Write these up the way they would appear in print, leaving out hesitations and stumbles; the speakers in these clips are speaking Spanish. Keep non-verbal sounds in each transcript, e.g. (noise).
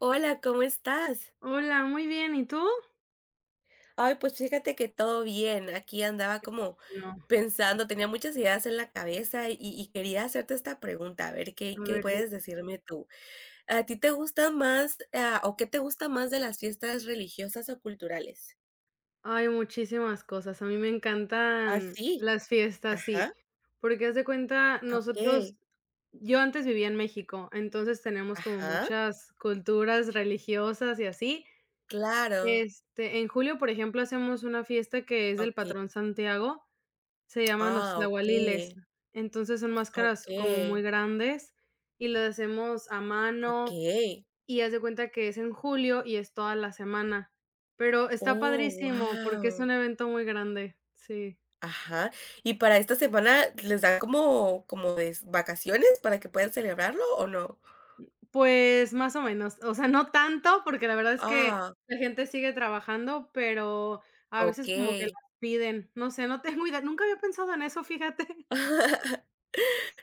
Hola, ¿cómo estás? Hola, muy bien, ¿y tú? Ay, pues fíjate que todo bien. Aquí andaba como No, pensando, tenía muchas ideas en la cabeza y quería hacerte esta pregunta, a ver a qué ver, di. puedes decirme tú. ¿A ti te gusta más, o qué te gusta más de las fiestas religiosas o culturales? Ay, muchísimas cosas. A mí me Ah, encantan sí. las fiestas, sí, Ajá. porque haz de cuenta, Ok. nosotros yo antes vivía en México, entonces tenemos como Ajá. muchas culturas religiosas y así. Claro. Este, en julio, por ejemplo, hacemos una fiesta que es del Ok. patrón Santiago, se llaman los Ah, tlahualiles. ok. Entonces son máscaras Ok. como muy grandes y las hacemos a Ok. mano. Y haz de cuenta que es en julio y es toda la semana, pero está Oh, padrísimo porque es wow. un evento muy grande, sí. Ajá. ¿Y para esta semana les dan como de vacaciones para que puedan celebrarlo o no? Pues más o menos, o sea, no tanto, porque la verdad es que Ah, la gente sigue trabajando, pero a veces como que las okey. piden, no sé, no tengo idea, nunca había pensado en eso, fíjate. (laughs)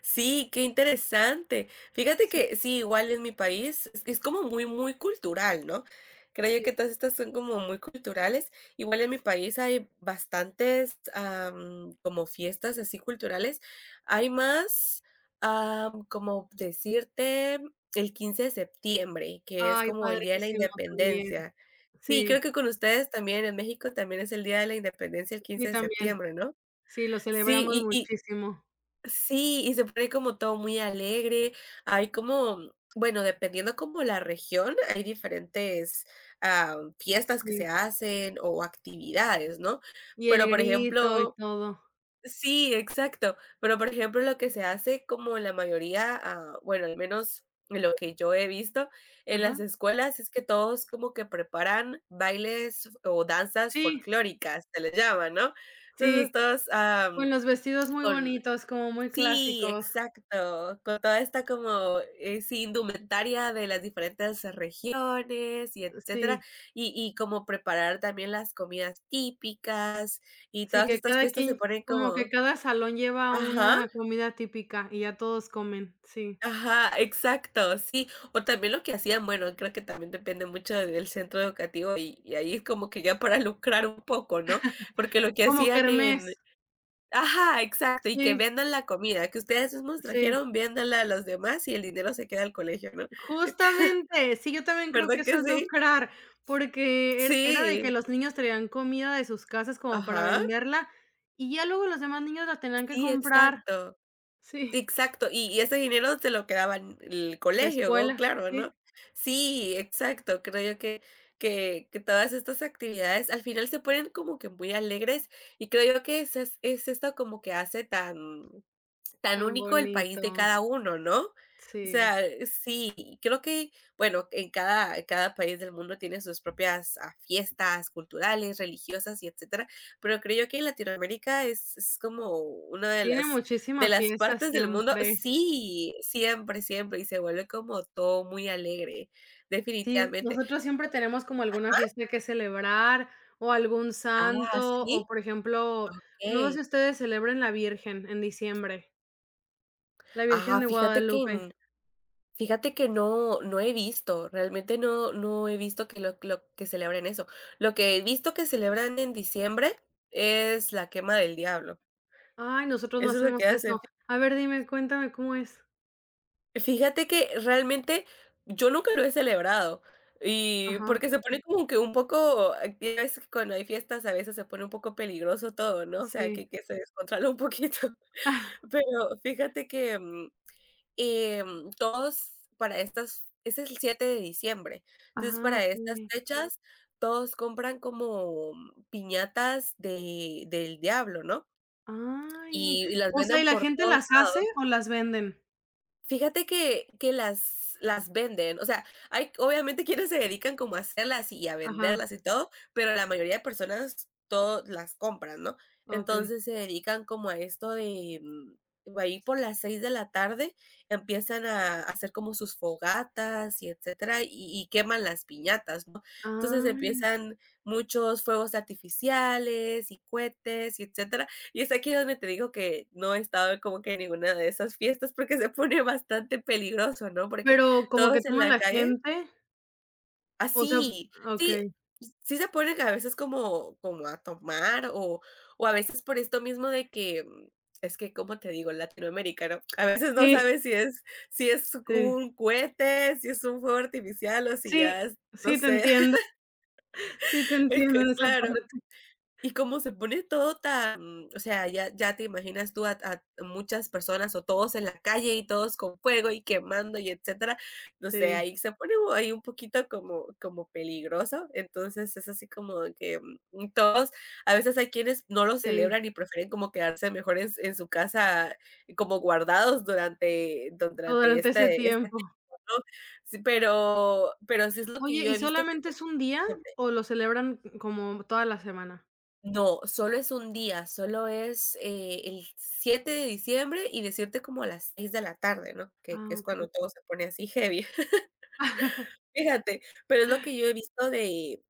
Sí, qué interesante. Fíjate Sí, que sí, igual en mi país es como muy, muy cultural, ¿no? Creo yo sí. que todas estas son como muy culturales. Igual en mi país hay bastantes como fiestas así culturales. Hay más, como decirte, el 15 de septiembre, que es Ay, como el Día de la padrísimo también. Independencia. Sí, Sí, creo que con ustedes también en México también es el Día de la Independencia el 15 sí, de también. septiembre, ¿no? Sí, lo celebramos Sí, y, muchísimo. Sí, y se pone como todo muy alegre. Hay como, bueno, dependiendo como la región, hay diferentes fiestas que Sí, se hacen o actividades, ¿no? y el Pero por grito y ejemplo, todo. sí, exacto. Pero por ejemplo, lo que se hace como la mayoría, bueno, al menos lo que yo he visto en Ajá. las escuelas es que todos como que preparan bailes o danzas Sí, folclóricas, se les llama, ¿no? sí. Entonces todos Con los vestidos muy con bonitos, como muy sí, clásicos. exacto, con toda esta como, sí, indumentaria de las diferentes regiones y etcétera, Sí, y como preparar también las comidas típicas, y sí, todas que estas cada fiestas se quien ponen como que como cada salón lleva ajá, una comida típica y ya todos comen, sí. ajá, exacto, sí, o también lo que hacían, bueno, creo que también depende mucho del centro educativo, y ahí es como que ya para lucrar un poco, ¿no? Porque lo que Como hacían kermés, en ajá, exacto, y que sí, vendan la comida, que ustedes mismos sí. trajeron, véndanla a los demás y el dinero se queda al colegio, ¿no? (laughs) Justamente, sí, yo también creo que ¿Verdad eso que es sí? lucrar, porque er era de que Sí, los niños traían comida de sus casas como para ajá. venderla, y ya luego los demás niños la tenían que Sí, comprar. exacto, Sí, exacto, y ese dinero se lo quedaban el la colegio, go escuela, claro, sí. ¿no? Sí, exacto, creo yo que todas estas actividades al final se ponen como que muy alegres y creo yo que es esto como que hace tan Tan único el país bonito, de cada uno, ¿no? O sí. sea, sí, creo que, bueno, en cada país del mundo tiene sus propias fiestas culturales, religiosas y etcétera, pero creo yo que Latinoamérica es como una de Tiene las, de muchísima las fiesta partes del mundo, siempre. sí, siempre, siempre, y se vuelve como todo muy alegre, Sí, definitivamente. nosotros siempre tenemos como alguna fiesta que celebrar, o algún Ah, santo, o sí, por ejemplo, no sé ¿qué? si ustedes celebren la Virgen en diciembre, la Virgen Ah, de fíjate Guadalupe. que Fíjate que no he visto, realmente no he visto que lo que celebren eso. Lo que he visto que celebran en diciembre es la quema del diablo. Ay, nosotros no Eso es lo hacemos que hacen. eso. A ver, dime, cuéntame cómo es. Fíjate que realmente yo nunca lo he celebrado, y Ajá, porque se pone como que un poco ya ves que cuando hay fiestas a veces se pone un poco peligroso todo, ¿no? O sea, sí. que se descontrola un poquito. (laughs) (laughs) Pero fíjate que, todos para estas ese es el 7 de diciembre. Entonces, Ah, para ok. estas fechas, todos compran como piñatas de del diablo, ¿no? Ay, Y las o sea, ¿y venden la por gente todos. las hace o las venden? Fíjate que las venden, o sea, hay obviamente (laughs) quienes se dedican como a hacerlas y a Ajá, venderlas y todo, pero la mayoría de personas todas las compran, ¿no? ok. Entonces, se dedican como a esto de, ahí por las 6 de la tarde empiezan a hacer como sus fogatas y etcétera, y queman las piñatas, ¿no? Entonces, Ay, empiezan muchos fuegos artificiales y cohetes y etcétera, y es aquí donde te digo que no he estado como que en ninguna de esas fiestas porque se pone bastante peligroso, ¿no? Porque pero, ¿como que todos en toma la la calle gente? O sea, así, ok. sí, sí, sí se ponen a veces como a tomar o a veces por esto mismo de que, es que, ¿como te digo? Latinoamericano, a veces no Sí, sabes si es sí. un cohete, si es un fuego artificial o si Sí, ya es, no sí, te sé, entiendo. Sí, te (laughs) es entiendo en que esa claro. parte. Y como se pone todo tan, o sea, ya te imaginas tú a muchas personas o todos en la calle y todos con fuego y quemando y etcétera, no sé, Sí, ahí se pone ahí un poquito como peligroso, entonces es así como que, todos a veces hay quienes no lo sí, celebran y prefieren como quedarse mejor en su casa como guardados durante durante ese este tiempo. tiempo, ¿no? Sí, pero sí es lo que Oye, yo ¿y he visto que solamente es un día o lo celebran como toda la semana? no, solo es un día, solo es, el 7 de diciembre y decirte como a las 6 de la tarde, ¿no? Que Ah, que es okey. cuando todo se pone así heavy. (laughs) Fíjate, pero es lo que yo he visto de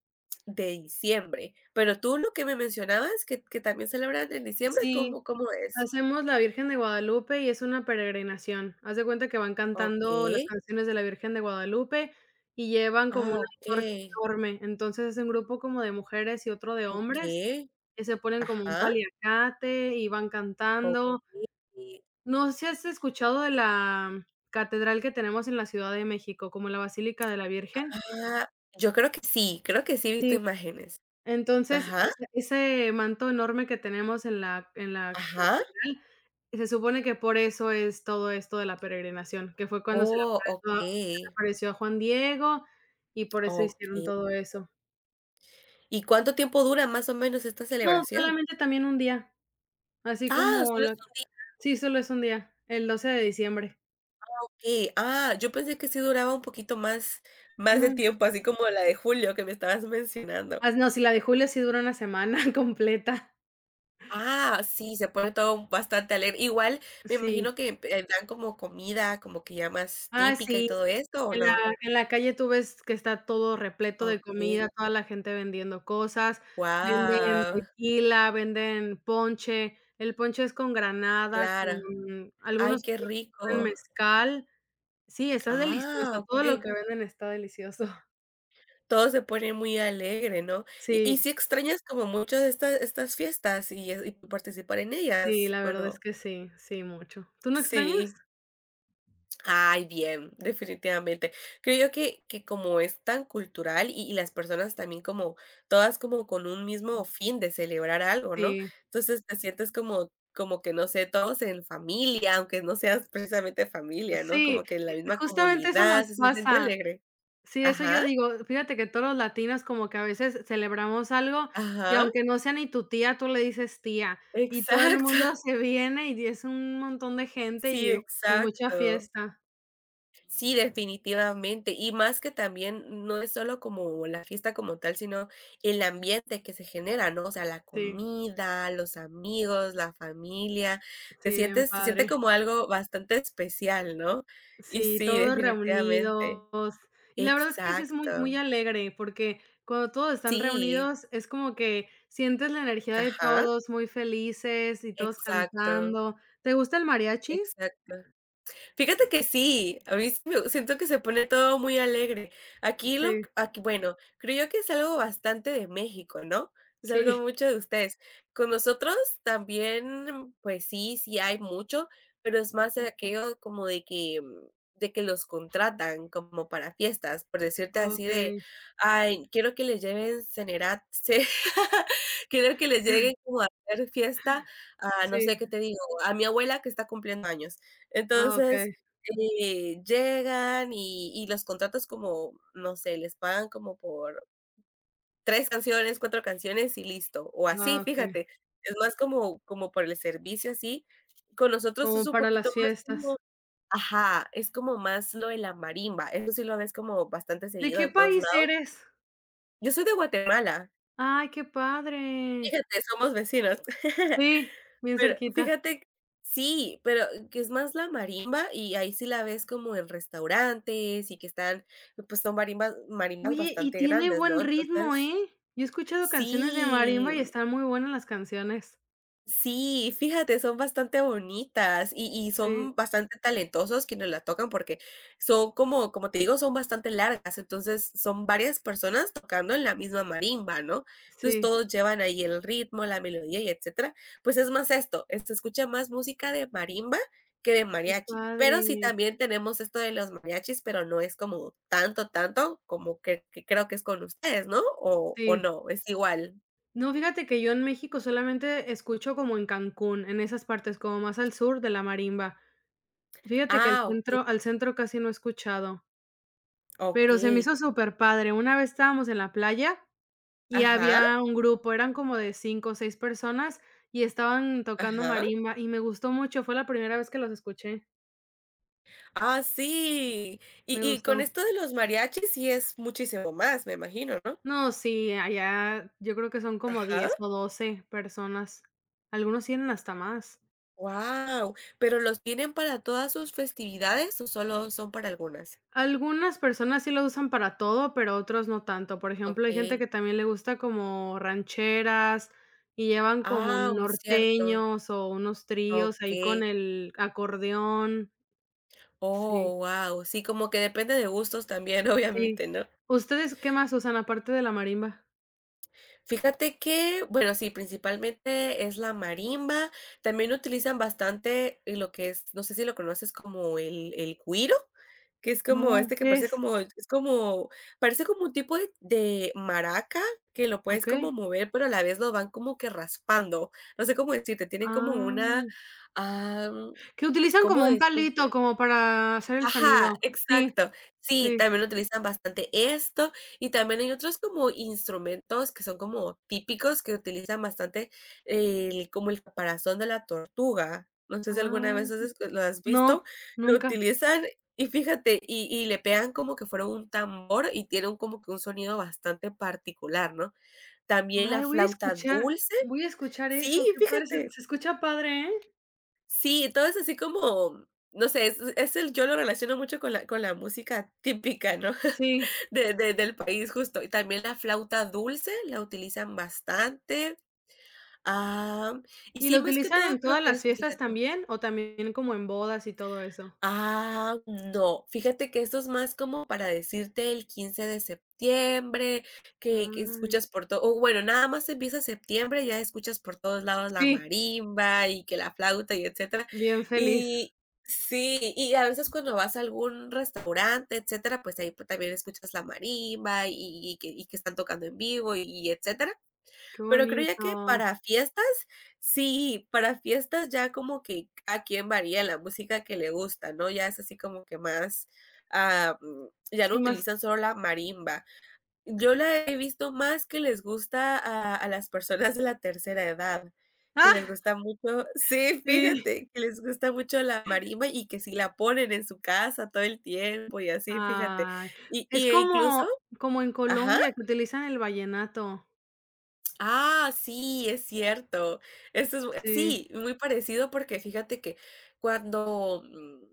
de diciembre. Pero tú lo que me mencionabas que también celebran en diciembre, Sí, ¿cómo es? hacemos la Virgen de Guadalupe y es una peregrinación. Haz de cuenta que van cantando las Okey. canciones de la Virgen de Guadalupe y llevan como Ah, una antorcha okey, enorme. Entonces, es un grupo como de mujeres y otro de hombres okey. que se ponen como un Ajá, paliacate y van cantando. okey. No sé si has escuchado de la catedral que tenemos en la Ciudad de México, como la Basílica de la Virgen. Ah, yo creo que sí he visto Sí. imágenes. Entonces, o Ajá, sea, ese manto enorme que tenemos en la ajá. catedral, se supone que por eso es todo esto de la peregrinación, que fue cuando Oh, apareció a- se le okey, apareció a Juan Diego, y por eso hicieron okey. todo eso. ¿Y cuánto tiempo dura más o menos esta No, celebración? solamente también un día, así Ah, como solo es la sí, solo es un día, el 12 de diciembre. okey. Ah, yo pensé que sí duraba un poquito más de No, tiempo, así como la de julio que me estabas mencionando. ah, no, si la de julio sí dura una semana (laughs) completa. Ah, sí, se pone todo bastante alegre. Igual me Sí. imagino que, dan como comida, como que ya más Ah, típica y sí, todo esto, ¿o en la no? en la calle tú ves que está todo repleto de Okey. comida, toda la gente vendiendo cosas, venden Wow. tequila, venden ponche, el ponche es con granada, Claro. con Ay, algunos qué con rico. mezcal. Sí, está delicioso, Ah, todo lo okey. que venden está delicioso. (laughs) Todo se pone muy alegre, ¿no? Y Sí, si extrañas como mucho de estas fiestas y y participar en sí, ellas, la ¿o verdad es no? que sí, sí, mucho. ¿Tú no extrañas? Sí. Ay, bien, definitivamente. Creo yo que como es tan cultural y las personas también como todas como con un mismo fin de celebrar algo, ¿no? Sí, Entonces, te sientes como que, no sé, todos en familia, aunque no seas precisamente familia, ¿no? sí, Como que en la misma justamente eso nos comunidad, se siente pasa. alegre. Sí, eso yo Ajá, digo, fíjate que todos los latinos como que a veces celebramos algo y ajá, aunque no sea ni tu tía, tú le dices tía, y todo el exacto. mundo (laughs) se viene y es un montón de gente Sí, y mucha exacto. fiesta. Sí, definitivamente. Y más que también no es solo como la fiesta como tal, sino el ambiente que se genera, ¿no? O sea, la Sí, comida, los amigos, la familia. Te sí, bien sientes, se siente padre. como algo bastante especial, ¿no? Y Sí, sí, todos definitivamente. reunidos. Y la verdad es que sí es muy Exacto. muy alegre, porque cuando todos están Sí. reunidos es como que sientes la energía de Ajá. todos muy felices y todos Exacto, cantando. ¿Te gusta el mariachi? exacto. Fíjate que sí, a mí sí me siento que se pone todo muy alegre. Aquí lo Sí, aquí, bueno, creo yo que es algo bastante de México, ¿no? Es sí. algo (laughs) mucho de ustedes. Con nosotros también, pues sí, sí hay mucho, pero es más aquello como de que de que los contratan como para fiestas, por decirte así de: Okey, "Ay, quiero que les lleven cenerat ce (laughs) quiero que les lleguen como a hacer fiesta", a no sé, sí. ¿qué te digo? A mi abuela que está cumpliendo años. Ah, Entonces, okey, llegan y los contratos como, no sé, les pagan como por 3 canciones, 4 canciones y listo, o ah, así, okey, fíjate, es más como por el servicio así. Con nosotros como es un para las poquito más fiestas. como ajá, es como más lo de la marimba, eso sí lo ves como bastante ¿De seguido qué en todos país lados. eres? Yo soy de Guatemala, Ay, qué padre. fíjate, somos vecinos. (laughs) Sí, bien Pero cerquita. fíjate sí, pero que es más la marimba y ahí sí la ves como en restaurantes y que están, pues, son marimbas marimbas Oye, y bastante tiene grandes, buen ¿no? ritmo, ¿eh? Entonces Yo he escuchado canciones de sí, marimba y están muy buenas las canciones. sí, fíjate, son bastante bonitas y Sí, son bastante talentosos quienes la tocan porque son como te digo, son bastante largas, entonces son varias personas tocando en la misma marimba, ¿no? Entonces sí, todos llevan ahí el ritmo, la melodía y etcétera. Pues es más esto, se escucha más música de marimba que de qué mariachi, pero sí padre. también tenemos esto de los mariachis, pero no es como tanto, tanto como que creo que es con ustedes, ¿no? ¿O Sí. no? ¿Es igual? No, fíjate que yo en México solamente escucho como en Cancún, en esas partes, como más al sur de la marimba. Fíjate que al Ah, okey, centro al centro casi no he escuchado, pero se me okey. hizo superpadre. Una vez estábamos en la playa y Ajá. había un grupo, eran como de 5 o 6 personas y estaban tocando Ajá. marimba y me gustó mucho, fue la primera vez que los escuché, Ah, sí. Y me y con gustó. esto de los mariachis sí es muchísimo más, me imagino, ¿no? No, sí, allá yo creo que son como Ajá. 10 o 12 personas, algunos tienen hasta más. Wow. ¿Pero los tienen para todas sus festividades o solo son para algunas? Algunas personas sí lo usan para todo, pero otros no tanto. Por ejemplo, hay gente Okey. que también le gusta como rancheras y llevan como Ah, cierto. norteños o unos tríos ahí Okey. con el acordeón, sí. Oh, wow. Sí, como que depende de gustos también, (laughs) Sí. obviamente, ¿no? ¿Ustedes qué más usan aparte de la marimba? Fíjate que, bueno, sí, principalmente es la marimba. También utilizan bastante y lo que es, no sé si lo conoces como el güiro, que es como No. este que ¿Qué parece es? como es como parece como un tipo de maraca que lo puedes como Okey. mover, pero a la vez lo van como que raspando. No sé cómo decirte, tienen como Ah, una, am, que utilizan ¿cómo como un palito, decirte? como para hacer el Ajá, sonido. Sí, exacto. Sí, sí. también lo utilizan bastante esto, y también hay otros como instrumentos que son como típicos, que utilizan bastante el como el caparazón de la tortuga. No sé si alguna Ay, vez has qué escu lo has visto, no, lo nunca. utilizan y fíjate, y le pegan como que fuera un tambor y tienen como que un sonido bastante particular, ¿no? También la Ay, flauta dulce voy a escuchar sí, eso, qué padre, se fíjate. se escucha padre, ¿eh? Sí, todo es así como, no sé, es el yo lo relaciono mucho con la música típica, ¿no? (laughs) Sí. De del país, justo. Y también la flauta dulce la utilizan bastante. Ah, y ¿Y lo sí, más que utilizan todo en creo todas que las es fiestas fíjate. también, o también como en bodas y todo eso? Ah, no, fíjate que eso es más como para decirte el 15 de septiembre, que Ay. escuchas por todo o bueno, nada más empieza septiembre, ya escuchas por todos lados la Sí, marimba y que la flauta y etcétera. bien feliz. Y sí, y a veces cuando vas a algún restaurante, etcétera, pues ahí, pues, también escuchas la marimba y que están tocando en vivo y etcétera. Qué Pero creo ya que bonito. para fiestas, sí, para fiestas ya como que a quien varía la música que le gusta, ¿no? Ya es así como que más, ah, mm, ya no Sí, más utilizan solo la marimba. Yo la he visto más que les gusta a las personas de la tercera edad, que les ah, gusta mucho sí, sí. fíjate, que les gusta mucho la marimba y que si la ponen en su casa todo el tiempo y así, fíjate. Ay, Y es y, eh, incluso como como en ajá. Colombia que utilizan el vallenato. Ah, sí, es cierto. Eso es Sí. sí, muy parecido porque fíjate que cuando,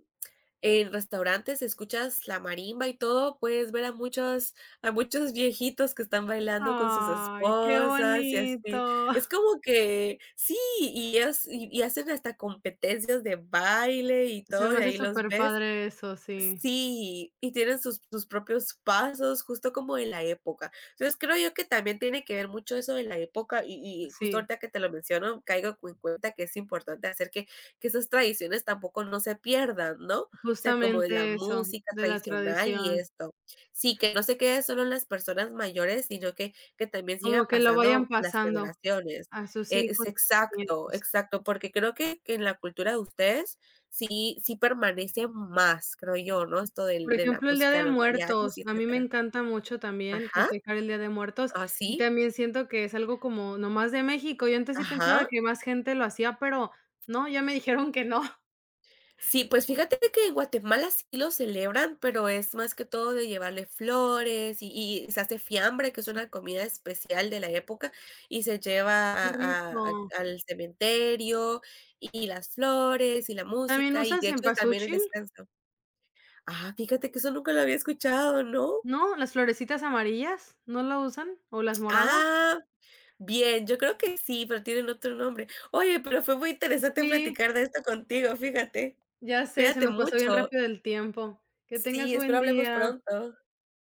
en restaurantes escuchas la marimba y todo, puedes ver a muchos viejitos que están bailando con sus Ay, qué esposas y así. bonito. Es como que sí, y es y hacen hasta competencias de baile y Se todo, me y hace ahí los súper ves, padre eso, sí. sí, y tienen sus propios pasos, justo como en la época. Entonces, creo yo que también tiene que ver mucho eso de la época, y justo Sí, ahorita que te lo menciono, caigo en cuenta que es importante hacer que esas tradiciones tampoco no se pierdan, ¿no? O sea, como de la justamente eso, música de la tradicional y tradición. esto. Sí, que no se quede solo en las personas mayores, sino que también Como siga que lo vayan pasando con las pasando generaciones. a sus Es hijos, y exacto, nietos. exacto, porque creo que en la cultura de ustedes sí, sí permanece más, creo yo, ¿no? Esto del Por de la ejemplo, el Día música de de los mariachis Muertos, y a mí me etcétera. encanta mucho también Ajá, festejar el Día de Muertos, y así, también siento que es algo como nomás de México. Yo antes sí pensaba ajá. que más gente lo hacía, pero no, ya me (laughs) dijeron que no. Sí, pues fíjate que en Guatemala sí lo celebran, pero es más que todo de llevarle flores y se hace fiambre, que es Sí, una comida especial de la época, y se lleva qué a rico. al cementerio, y las flores, y la ¿También música, y usan de hecho también el cempasúchil? descanso. Ah, fíjate que eso nunca lo había escuchado, ¿no? ¿No? ¿Las florecitas amarillas? ¿No la usan? ¿O las moradas? Ah. Bien, yo creo que sí, pero tienen otro nombre. Oye, pero fue muy interesante Sí, platicar de esto contigo, fíjate. ya sé, se Cuídate nos pasó bien mucho. rápido el tiempo. Que tengas Sí, buen espero hablemos día. pronto.